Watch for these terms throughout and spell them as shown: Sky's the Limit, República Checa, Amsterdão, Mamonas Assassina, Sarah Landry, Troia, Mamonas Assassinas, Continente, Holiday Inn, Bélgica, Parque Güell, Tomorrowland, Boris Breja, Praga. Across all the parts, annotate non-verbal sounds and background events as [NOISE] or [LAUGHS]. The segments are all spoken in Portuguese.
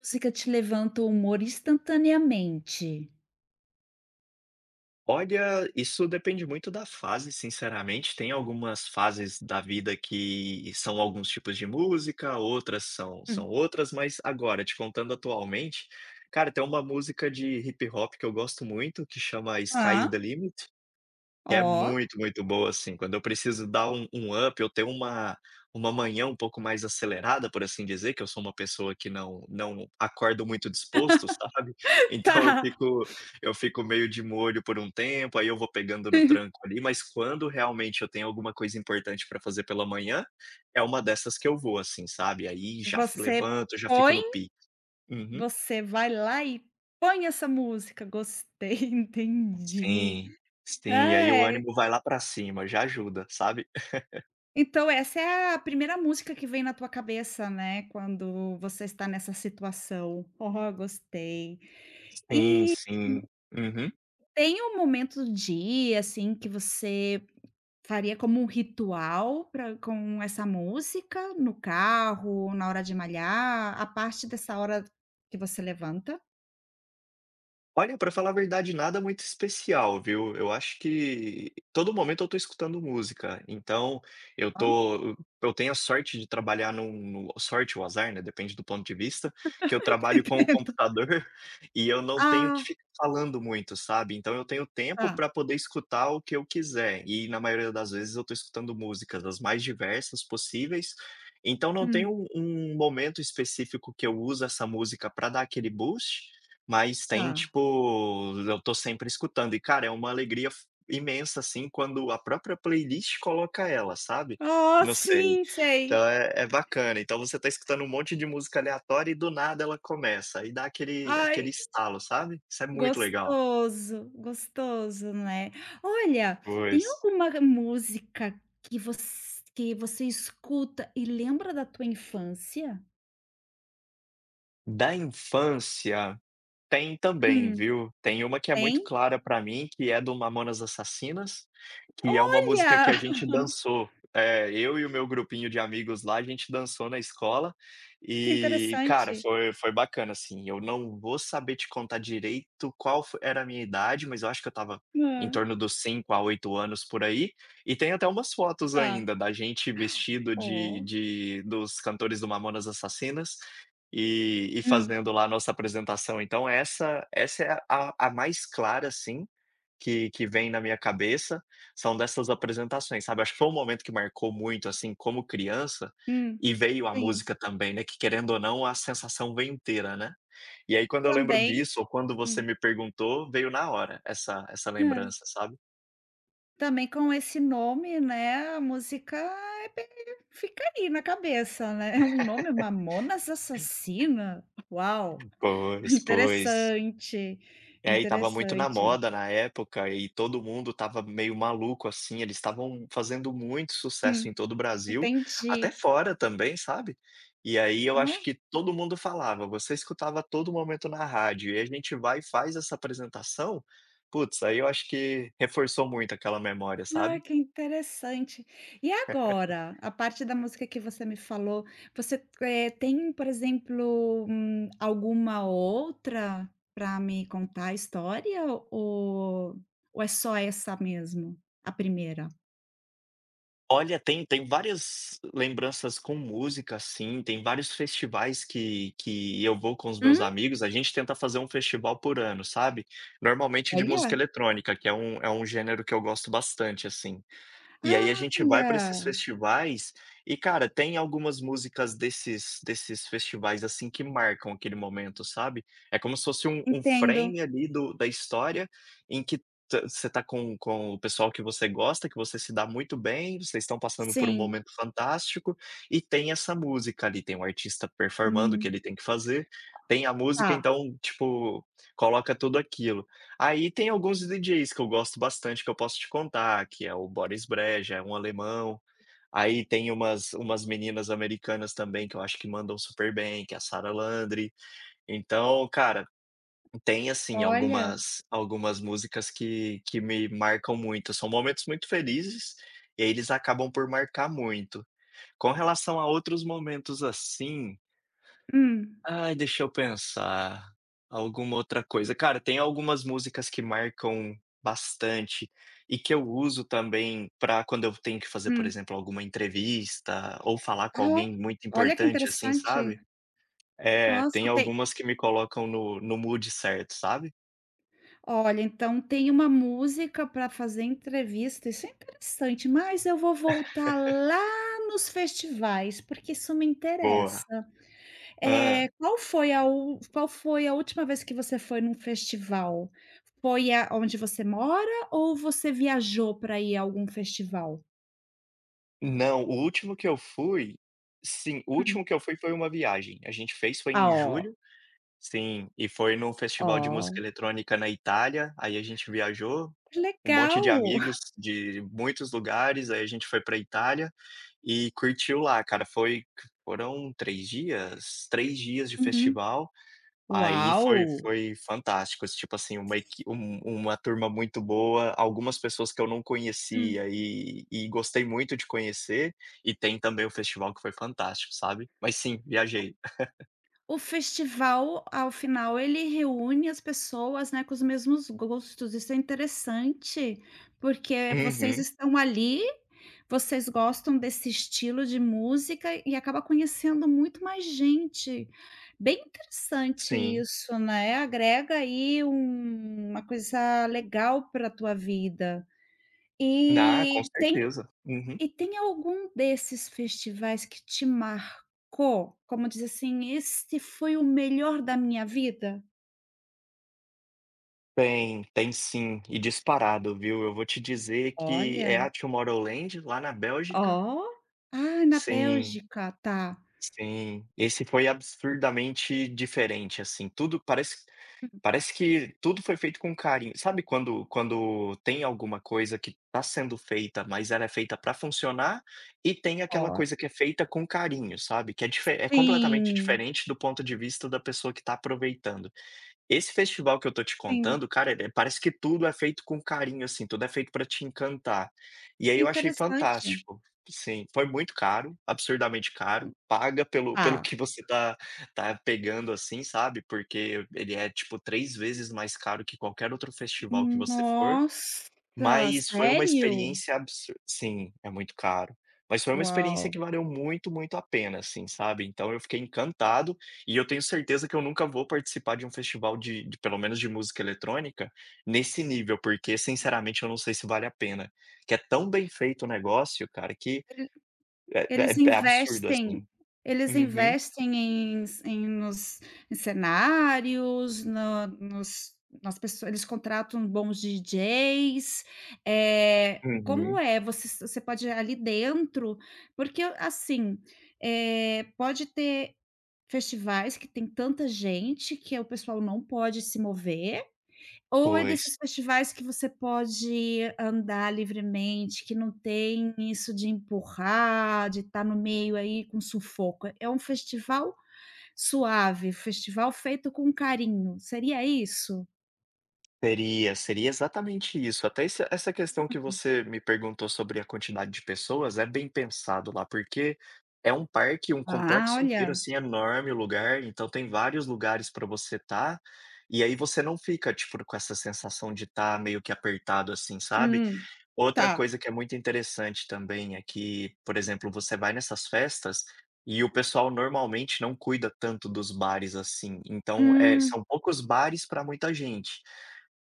Música te levanta o humor instantaneamente. Olha, isso depende muito da fase, sinceramente. Tem algumas fases da vida que são alguns tipos de música, outras são Hum. outras, mas agora, te contando atualmente, cara, tem uma música de hip hop que eu gosto muito, que chama Sky's Hã. the Limit. Que é Ó, muito, muito boa, assim. Quando eu preciso dar um up, eu tenho uma manhã um pouco mais acelerada, por assim dizer, que eu sou uma pessoa que não acordo muito disposto, [LAUGHS] sabe. [LAUGHS] Então eu tá. fico eu fico meio de molho por um tempo, aí eu vou pegando no tranco ali, mas quando realmente eu tenho alguma coisa importante para fazer pela manhã, é uma dessas que eu vou, assim, sabe. Aí já f Você levanto, já fico põe, no pique. Uhum. você vai lá e põe essa música. Gostei, [LAUGHS] entendi. Sim, sim. E aí o É, ânimo vai lá para cima, já ajuda, sabe. então essa é a primeira música que vem na tua cabeça, né, quando você está nessa situação. Oh, gostei. Sim, E sim. Uhum. tem um momento do dia, assim, que você faria como um ritual pra com essa música no carro, na hora de malhar, a parte dessa hora que você levanta, Olha, para falar a verdade, nada muito especial, viu. Eu acho que todo momento eu tô escutando música, então eu hã? tô eu tenho a sorte de trabalhar num, no sorte ou azar, né, depende do ponto de vista, que eu Tá trabalho com o entendendo. [LAUGHS] computador [LAUGHS] e eu não tenho que Ah, ficar falando muito, sabe. Então eu tenho tempo tá. para poder escutar o que eu quiser e na maioria das vezes eu tô escutando músicas as mais diversas possíveis, então não tem Hum. um momento específico que eu uso essa música para dar aquele boost, mas tem, Tá. tipo, eu tô sempre escutando e, cara, é uma alegria f imensa, assim, quando a própria playlist coloca ela, sabe. Oh, Não sei, sim, então sei. é bacana. Então você tá escutando um monte de música aleatória e do nada ela começa, e dá aquele Ai, estalo, sabe. Isso é muito legal. gostoso, gostoso, né. Olha, tem Pois. alguma música que você que você escuta e lembra da tua infância? Da infância. Tem também, Hum. viu. Tem uma que é muito Tem? clara pra mim, que é do Mamonas Assassinas, que é uma música que Olha, a [LAUGHS] gente dançou. É, eu e o meu grupinho de amigos lá, a gente dançou na escola que e, cara, interessante. foi bacana, assim. Eu não vou saber te contar direito qual fo era a minha idade, mas eu acho que eu estava em Hã. torno dos 5 a 8 anos, por aí. E tem até umas fotos Tá. ainda da gente vestido de Oh. de dos cantores do Mamonas Assassinas e Hum, fazendo lá a nossa apresentação. Então essa é a mais clara, assim, que vem na minha cabeça, são dessas apresentações, sabe. Acho que foi um momento que marcou muito, assim, como criança, hum. e veio a Sim, música também, né, que querendo ou não, a sensação vem inteira, né. E aí quando eu lembro também. disso, ou quando você Hum. me perguntou, veio na hora essa Hã. lembrança, sabe. Também com esse nome, né, a música é bem, fica aí na cabeça, né. É um nome Mamonas Assassina? Uau, [LAUGHS] Pois, pois. interessante, É, e tava muito na interessante. moda na época e todo mundo tava meio maluco, assim, eles estavam fazendo muito sucesso em Hum. todo o Brasil, até Entendi. fora também, sabe. E aí eu Ah. acho que todo mundo falava, você escutava a todo momento na rádio e a gente vai e faz essa apresentação, putz, aí eu acho que reforçou muito aquela memória, Ah, sabe. que interessante. E agora, a parte da música que você me falou, você, tem, por exemplo, alguma outra para me contar a história, ou é só essa mesmo, a primeira? Olha, tem várias lembranças com música, assim, tem vários festivais que eu vou com os meus Hum? amigos, a gente tenta fazer um festival por ano, sabe. Normalmente de música Olha, eletrônica, que é um gênero que eu gosto bastante, assim. E aí a ah, gente vai para olha, esses festivais e, cara, tem algumas músicas desses festivais, assim, que marcam aquele momento, sabe. É como se fosse um entendo. frame ali do da história em que ta você tá com o pessoal que você gosta, que você se dá muito bem, vocês estão passando por um Sim. momento fantástico, e tem essa música ali, tem um artista performando o que Hum, ele tem que fazer, tem a música, tá. então, tipo, coloca tudo aquilo. Aí tem alguns DJs que eu gosto bastante, que eu posso te contar, que é o Boris Breja, é um alemão. Aí tem umas meninas americanas também que eu acho que mandam super bem, que é a Sarah Landry. Então, cara, tem assim Olha. algumas músicas que me marcam muito. São momentos muito felizes, e aí eles acabam por marcar muito. Com relação a outros momentos assim. Hum, Ai, deixa eu pensar. Alguma outra coisa. Cara, tem algumas músicas que marcam bastante e que eu uso também para quando eu tenho que fazer, por hum. exemplo, alguma entrevista ou falar com Ah, alguém muito olha que importante, assim, sabe. interessante. É, tem Nossa, tem. algumas que me colocam no mood certo, sabe. Olha, então tem uma música para fazer entrevista, isso é interessante, mas eu vou voltar lá nos festivais, porque isso me interessa. Boa. Ah, É, qual foi a última vez que você foi num festival? Foi a onde você mora ou você viajou para ir a algum festival? não, o último que eu fui, sim, o Hum. último que eu fui foi uma viagem. A gente fez foi Ah, em ó, julho. Sim, e foi num festival de ó, música eletrônica na Itália, aí a gente viajou, que um monte de legal. amigos [LAUGHS] de muitos lugares, aí a gente foi pra Itália e curtiu lá, cara. Foi Foram 3 dias? 3 dias de Uhum. festival, aí foi Uau! foi fantástico, tipo assim, uma equi um uma turma muito boa, algumas pessoas que eu não Hum. conhecia e gostei muito de conhecer, e tem também o festival que foi fantástico, sabe. Mas sim, viajei. O festival, ao final, ele reúne as pessoas, né, com os mesmos gostos. Isso é interessante, porque vocês Uhum, estão ali, vocês gostam desse estilo de música e acaba conhecendo muito mais gente. Bem interessante sim. isso, né? Agrega aí uma coisa legal para a tua vida. Ah, com E tem certeza. Uhum. e tem algum desses festivais que te marcou? Como diz assim: "Este foi o melhor da minha vida"? Tem, tem sim, e disparado, viu. Eu vou te dizer que é Olha, a Tomorrowland, lá na Bélgica, ó. Ah, na sim, Bélgica, tá. sim. Esse foi absurdamente diferente, assim, tudo parece parece que tudo foi feito com carinho. Sabe quando tem alguma coisa que está sendo feita, mas ela é feita para funcionar, e tem aquela Ó. coisa que é feita com carinho, sabe, que é dife é completamente Sim, diferente do ponto de vista da pessoa que está aproveitando. Esse festival que eu tô te sim. contando, cara, parece que tudo é feito com carinho, assim, tudo é feito pra te encantar. E aí Que eu achei interessante. fantástico. Sim, foi muito caro, absurdamente caro, paga pelo Tá. que você tá pegando, assim, sabe, porque ele é, tipo, 3 vezes mais caro que qualquer outro festival que você for. Nossa, Mas foi uma sério? experiência absu sim, é muito caro. Mas foi uma experiência Uau. que valeu muito, muito a pena, assim, sabe. Então eu fiquei encantado, e eu tenho certeza que eu nunca vou participar de um festival de pelo menos de música eletrônica, nesse nível, porque sinceramente eu não sei se vale a pena. Que é tão bem feito o negócio, cara, que é Eles é é absurdo, assim. investem eles Uhum, investem em nos em cenários, na nos, nas pessoas, eles contratam bons DJs, como uhum. é? Você pode ir ali dentro porque assim, pode ter festivais que tem tanta gente que o pessoal não pode se mover, ou é Pois. desses festivais que você pode andar livremente, que não tem isso de empurrar, de estar no meio aí com sufoco. É um festival suave, festival feito com carinho, seria isso? Seria, seria exatamente isso. Até esse essa questão que você me perguntou sobre a quantidade de pessoas é bem pensado lá, porque é um parque, um Ah, complexo inteiro, olha. assim, enorme o lugar, então tem vários lugares para você estar, e aí você não fica, tipo, com essa sensação de estar meio que apertado, assim, sabe. Hum, Outra tá. coisa que é muito interessante também é que, por exemplo, você vai nessas festas e o pessoal normalmente não cuida tanto dos bares, assim, então, Hum, são poucos bares para muita gente.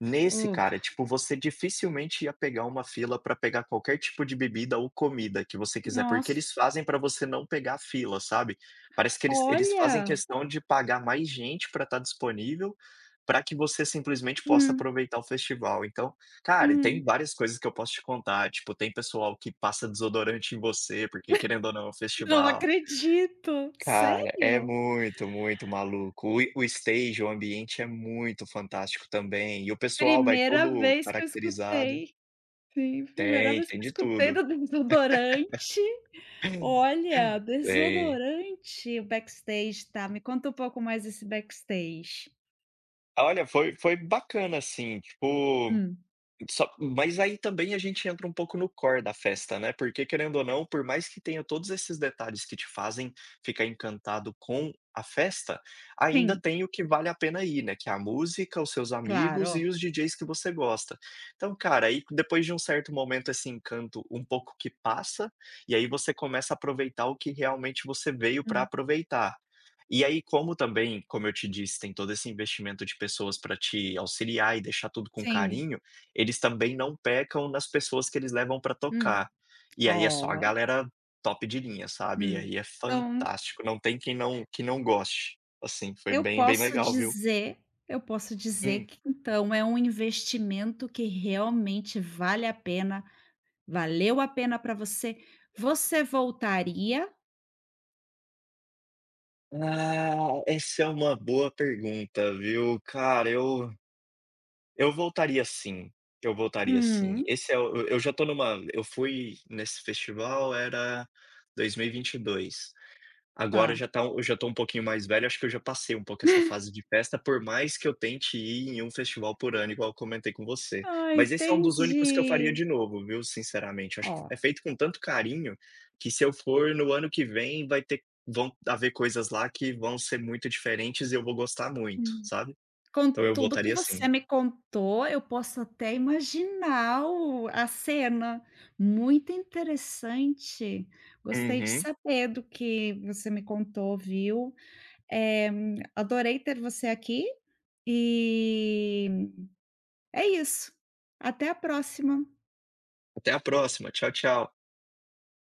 Nesse, uh, cara, tipo, você dificilmente ia pegar uma fila para pegar qualquer tipo de bebida ou comida que você quiser, porque nossa. eles fazem para você não pegar fila, sabe. Parece que eles fazem Olha. questão de pagar mais gente para estar disponível, para que você simplesmente possa Hum, aproveitar o festival. Então, cara, e tem hum. várias coisas que eu posso te contar, tipo, tem pessoal que passa desodorante em você, porque querendo ou não é um Não festival. acredito. Cara, é Sério? muito, muito maluco. O stage, o ambiente é muito fantástico também, e o pessoal vai Primeira todo vez que eu caracterizado. escutei. Sim, primeira Tem, vez tem que eu de escutei tudo. do desodorante. [LAUGHS] Olha, Tem. desodorante, o backstage, tá, me conta um pouco mais desse backstage. Olha, foi bacana, assim, tipo. Hum, Só mas aí também a gente entra um pouco no core da festa, né, porque querendo ou não, por mais que tenha todos esses detalhes que te fazem ficar encantado com a festa, ainda sim, tem o que vale a pena ir, né, que é a música, os seus amigos e claro. os DJs que você gosta. Então, cara, aí depois de um certo momento esse encanto um pouco que passa, e aí você começa a aproveitar o que realmente você veio para Hum, aproveitar. E aí, como também, como eu te disse, tem todo esse investimento de pessoas para te auxiliar e deixar tudo com sim, carinho, eles também não pecam nas pessoas que eles levam pra hum, tocar. E aí é só a ó, galera top de linha, sabe. E hum. aí é Então, fantástico, não tem quem não que não goste. Assim, foi eu bem, bem posso legal, viu. dizer eu posso dizer Hum. que então é um investimento que realmente vale a pena, valeu a pena para você. Você voltaria? Ah, essa é uma boa pergunta, viu. Cara, eu voltaria sim, eu voltaria sim. Hum, Esse é o eu já tô numa eu fui nesse festival era 2022. Agora tá. Eu já tô um pouquinho mais velho, acho que eu já passei um pouco essa fase de festa, por mais que eu tente ir em um festival por ano, igual eu comentei com você. Ah, Mas esse é um dos únicos que eu faria entendi. de novo, viu, sinceramente. Acho que Ó. é feito com tanto carinho, que se eu for no ano que vem, vai ter vão haver coisas lá que vão ser muito diferentes e eu vou gostar muito, Hum. sabe. Com Então eu tudo que voltaria sim. você me contou, eu posso até imaginar o a cena. Muito interessante. Gostei de Uhum. saber do que você me contou, viu. Eh, adorei ter você aqui e é isso. Até a próxima. Até a próxima. Tchau, tchau.